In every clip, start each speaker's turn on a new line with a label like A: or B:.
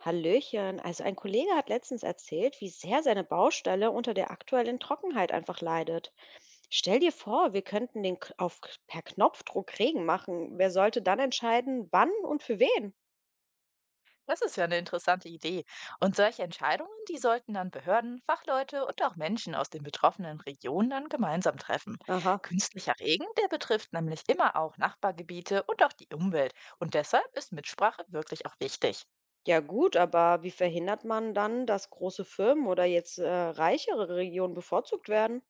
A: Hallöchen. Also ein Kollege hat letztens erzählt, wie sehr seine Baustelle unter der aktuellen Trockenheit einfach leidet. Stell dir vor, wir könnten den K- auf, K- per Knopfdruck Regen machen. Wer sollte dann entscheiden, wann und für wen?
B: Das ist ja eine interessante Idee. Und solche Entscheidungen, die sollten dann Behörden, Fachleute und auch Menschen aus den betroffenen Regionen dann gemeinsam treffen.
A: Aha.
B: Künstlicher Regen, der betrifft nämlich immer auch Nachbargebiete und auch die Umwelt. Und deshalb ist Mitsprache wirklich auch wichtig.
A: Ja gut, aber wie verhindert man dann, dass große Firmen oder jetzt reichere Regionen bevorzugt werden?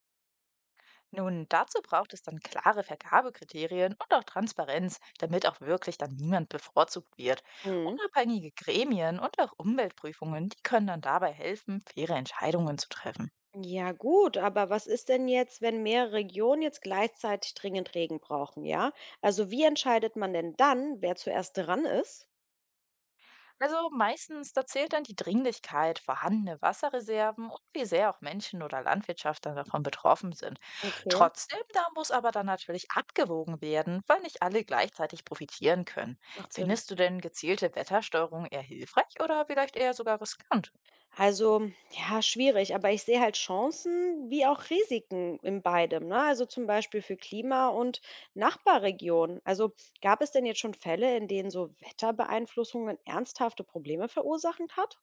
B: Nun, dazu braucht es dann klare Vergabekriterien und auch Transparenz, damit auch wirklich dann niemand bevorzugt wird.
A: Mhm.
B: Unabhängige Gremien und auch Umweltprüfungen, die können dann dabei helfen, faire Entscheidungen zu treffen.
A: Ja gut, aber was ist denn jetzt, wenn mehrere Regionen jetzt gleichzeitig dringend Regen brauchen, ja? Also wie entscheidet man denn dann, wer zuerst dran ist?
B: Also meistens, da zählt dann die Dringlichkeit, vorhandene Wasserreserven und wie sehr auch Menschen oder Landwirtschaft dann davon betroffen sind.
A: Okay,
B: Trotzdem, da muss aber dann natürlich abgewogen werden, weil nicht alle gleichzeitig profitieren können.
A: macht Sinn.
B: Findest du denn gezielte Wettersteuerung eher hilfreich oder vielleicht eher sogar riskant?
A: Also, ja, schwierig, aber ich sehe halt Chancen wie auch Risiken in beidem, ne? Also zum Beispiel für Klima und Nachbarregionen. Also gab es denn jetzt schon Fälle, in denen so Wetterbeeinflussungen ernsthafte Probleme verursachend hat?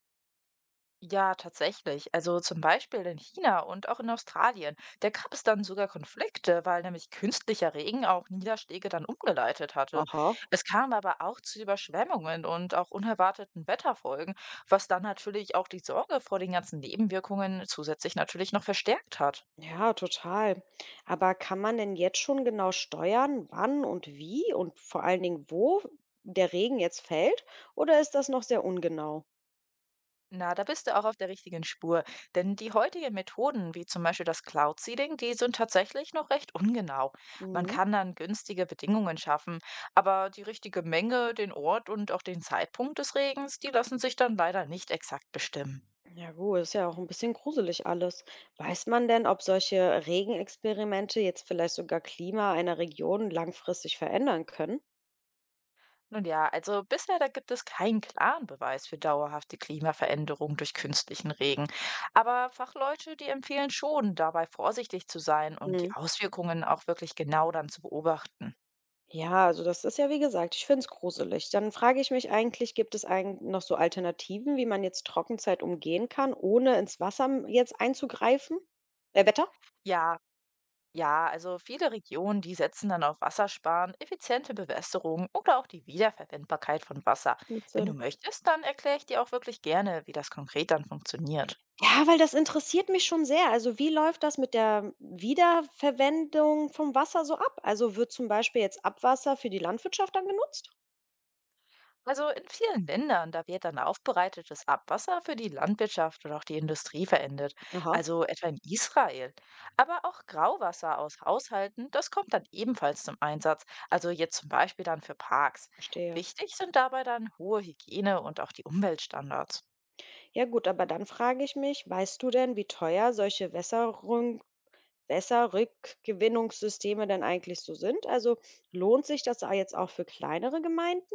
B: Ja, tatsächlich. Also zum Beispiel in China und auch in Australien. Da gab es dann sogar Konflikte, weil nämlich künstlicher Regen auch Niederschläge dann umgeleitet hatte.
A: Aha.
B: Es kam aber auch zu Überschwemmungen und auch unerwarteten Wetterfolgen, was dann natürlich auch die Sorge vor den ganzen Nebenwirkungen zusätzlich natürlich noch verstärkt hat.
A: Ja, total. Aber kann man denn jetzt schon genau steuern, wann und wie und vor allen Dingen, wo der Regen jetzt fällt? Oder ist das noch sehr ungenau?
B: Na, da bist du auch auf der richtigen Spur. Denn die heutigen Methoden, wie zum Beispiel das Cloud Seeding, die sind tatsächlich noch recht ungenau. Man
A: Mhm.
B: kann dann günstige Bedingungen schaffen, aber die richtige Menge, den Ort und auch den Zeitpunkt des Regens, die lassen sich dann leider nicht exakt bestimmen.
A: Ja gut, ist ja auch ein bisschen gruselig alles. Weiß man denn, ob solche Regenexperimente jetzt vielleicht sogar Klima einer Region langfristig verändern können?
B: Nun ja, also bisher da gibt es keinen klaren Beweis für dauerhafte Klimaveränderung durch künstlichen Regen. Aber Fachleute, die empfehlen schon, dabei vorsichtig zu sein und
A: Mhm.
B: die Auswirkungen auch wirklich genau dann zu beobachten.
A: Ja, also das ist ja wie gesagt, ich finde es gruselig. Dann frage ich mich eigentlich, gibt es eigentlich noch so Alternativen, wie man jetzt Trockenzeit umgehen kann, ohne ins Wasser m jetzt einzugreifen? Wetter?
B: Ja, Ja, also viele Regionen, die setzen dann auf Wassersparen, effiziente Bewässerung oder auch die Wiederverwendbarkeit von Wasser.
A: Macht
B: Wenn du
A: Sinn.
B: möchtest, dann erkläre ich dir auch wirklich gerne, wie das konkret dann funktioniert.
A: Ja, weil das interessiert mich schon sehr. Also, wie läuft das mit der Wiederverwendung vom Wasser so ab? Also, wird zum Beispiel jetzt Abwasser für die Landwirtschaft dann genutzt?
B: Also in vielen Ländern, da wird dann aufbereitetes Abwasser für die Landwirtschaft oder auch die Industrie verwendet,
A: Aha,
B: also etwa in Israel. Aber auch Grauwasser aus Haushalten, das kommt dann ebenfalls zum Einsatz, also jetzt zum Beispiel dann für Parks.
A: verstehe.
B: Wichtig sind dabei dann hohe Hygiene und auch die Umweltstandards.
A: Ja gut, aber dann frage ich mich, weißt du denn, wie teuer solche Wässerung Wässerrückgewinnungssysteme denn eigentlich so sind? Also lohnt sich das a jetzt auch für kleinere Gemeinden?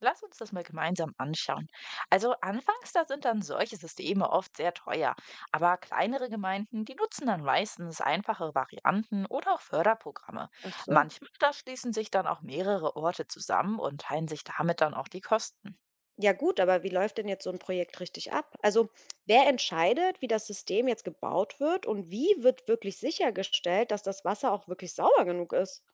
B: Lass uns das mal gemeinsam anschauen. Also anfangs, da sind dann solche Systeme oft sehr teuer, aber kleinere Gemeinden, die nutzen dann meistens einfache Varianten oder auch Förderprogramme.
A: Ach so.
B: Manchmal, da schließen sich dann auch mehrere Orte zusammen und teilen sich damit dann auch die Kosten.
A: Ja gut, aber wie läuft denn jetzt so ein Projekt richtig ab? Also, wer entscheidet, wie das System jetzt gebaut wird und wie wird wirklich sichergestellt, dass das Wasser auch wirklich sauber genug ist?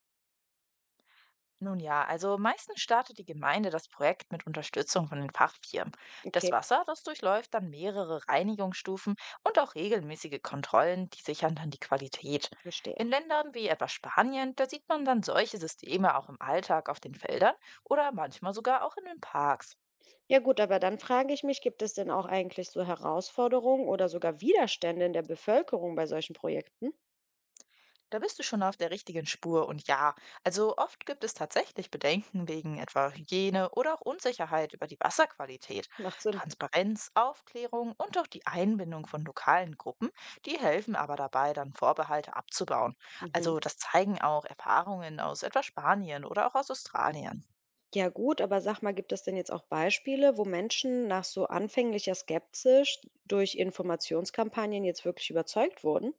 B: Nun ja, also meistens startet die Gemeinde das Projekt mit Unterstützung von den Fachfirmen. Das
A: Okay,
B: Wasser, das durchläuft dann mehrere Reinigungsstufen und auch regelmäßige Kontrollen, die sichern dann die Qualität.
A: verstehe.
B: In Ländern wie etwa Spanien, da sieht man dann solche Systeme auch im Alltag auf den Feldern oder manchmal sogar auch in den Parks.
A: Ja gut, aber dann frage ich mich, gibt es denn auch eigentlich so Herausforderungen oder sogar Widerstände in der Bevölkerung bei solchen Projekten?
B: Da bist du schon auf der richtigen Spur, und ja, also oft gibt es tatsächlich Bedenken wegen etwa Hygiene oder auch Unsicherheit über die Wasserqualität.
A: Macht Sinn.
B: Transparenz, Aufklärung und auch die Einbindung von lokalen Gruppen, die helfen aber dabei, dann Vorbehalte abzubauen.
A: Mhm.
B: Also das zeigen auch Erfahrungen aus etwa Spanien oder auch aus Australien.
A: Ja gut, aber sag mal, gibt es denn jetzt auch Beispiele, wo Menschen nach so anfänglicher Skepsis durch Informationskampagnen jetzt wirklich überzeugt wurden?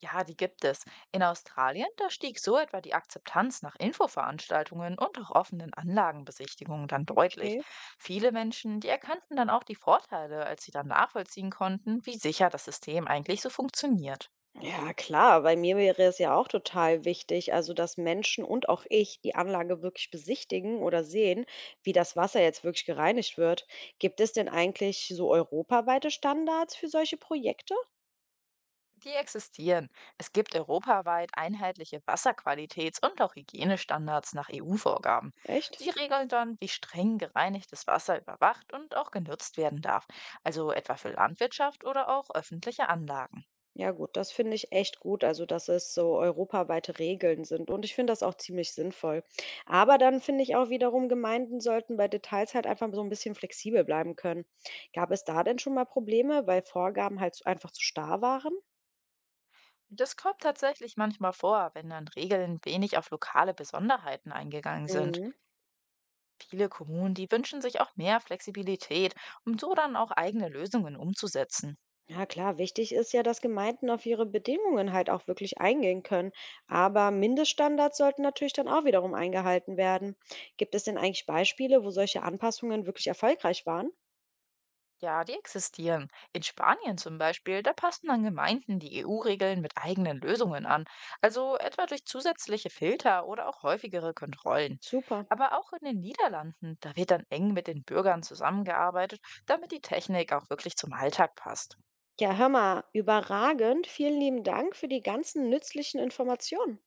B: Ja, die gibt es. In Australien, da stieg so etwa die Akzeptanz nach Infoveranstaltungen und auch offenen Anlagenbesichtigungen dann deutlich.
A: Okay.
B: Viele Menschen, die erkannten dann auch die Vorteile, als sie dann nachvollziehen konnten, wie sicher das System eigentlich so funktioniert.
A: Ja, klar, bei mir wäre es ja auch total wichtig, also dass Menschen und auch ich die Anlage wirklich besichtigen oder sehen, wie das Wasser jetzt wirklich gereinigt wird. Gibt es denn eigentlich so europaweite Standards für solche Projekte?
B: Die existieren. Es gibt europaweit einheitliche Wasserqualitäts- und auch Hygienestandards nach EU-Vorgaben.
A: Echt?
B: Sie regeln dann, wie streng gereinigtes Wasser überwacht und auch genutzt werden darf, also etwa für Landwirtschaft oder auch öffentliche Anlagen.
A: Ja gut, das finde ich echt gut, also dass es so europaweite Regeln sind und ich finde das auch ziemlich sinnvoll. Aber dann finde ich auch wiederum, Gemeinden sollten bei Details halt einfach so ein bisschen flexibel bleiben können. Gab es da denn schon mal Probleme, weil Vorgaben halt so einfach zu starr waren?
B: Das kommt tatsächlich manchmal vor, wenn dann Regeln wenig auf lokale Besonderheiten eingegangen sind.
A: Mhm.
B: Viele Kommunen, die wünschen sich auch mehr Flexibilität, um so dann auch eigene Lösungen umzusetzen.
A: Ja, klar, wichtig ist ja, dass Gemeinden auf ihre Bedingungen halt auch wirklich eingehen können. Aber Mindeststandards sollten natürlich dann auch wiederum eingehalten werden. Gibt es denn eigentlich Beispiele, wo solche Anpassungen wirklich erfolgreich waren?
B: Ja, die existieren. In Spanien zum Beispiel, da passen dann Gemeinden die EU-Regeln mit eigenen Lösungen an, also etwa durch zusätzliche Filter oder auch häufigere Kontrollen.
A: Super.
B: Aber auch in den Niederlanden, da wird dann eng mit den Bürgern zusammengearbeitet, damit die Technik auch wirklich zum Alltag passt.
A: Ja, hör mal, überragend. Vielen lieben Dank für die ganzen nützlichen Informationen.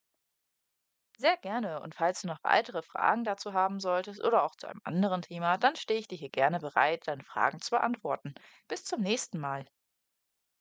B: Sehr gerne. Und falls du noch weitere Fragen dazu haben solltest oder auch zu einem anderen Thema, dann stehe ich dir hier gerne bereit, deine Fragen zu beantworten. Bis zum nächsten Mal.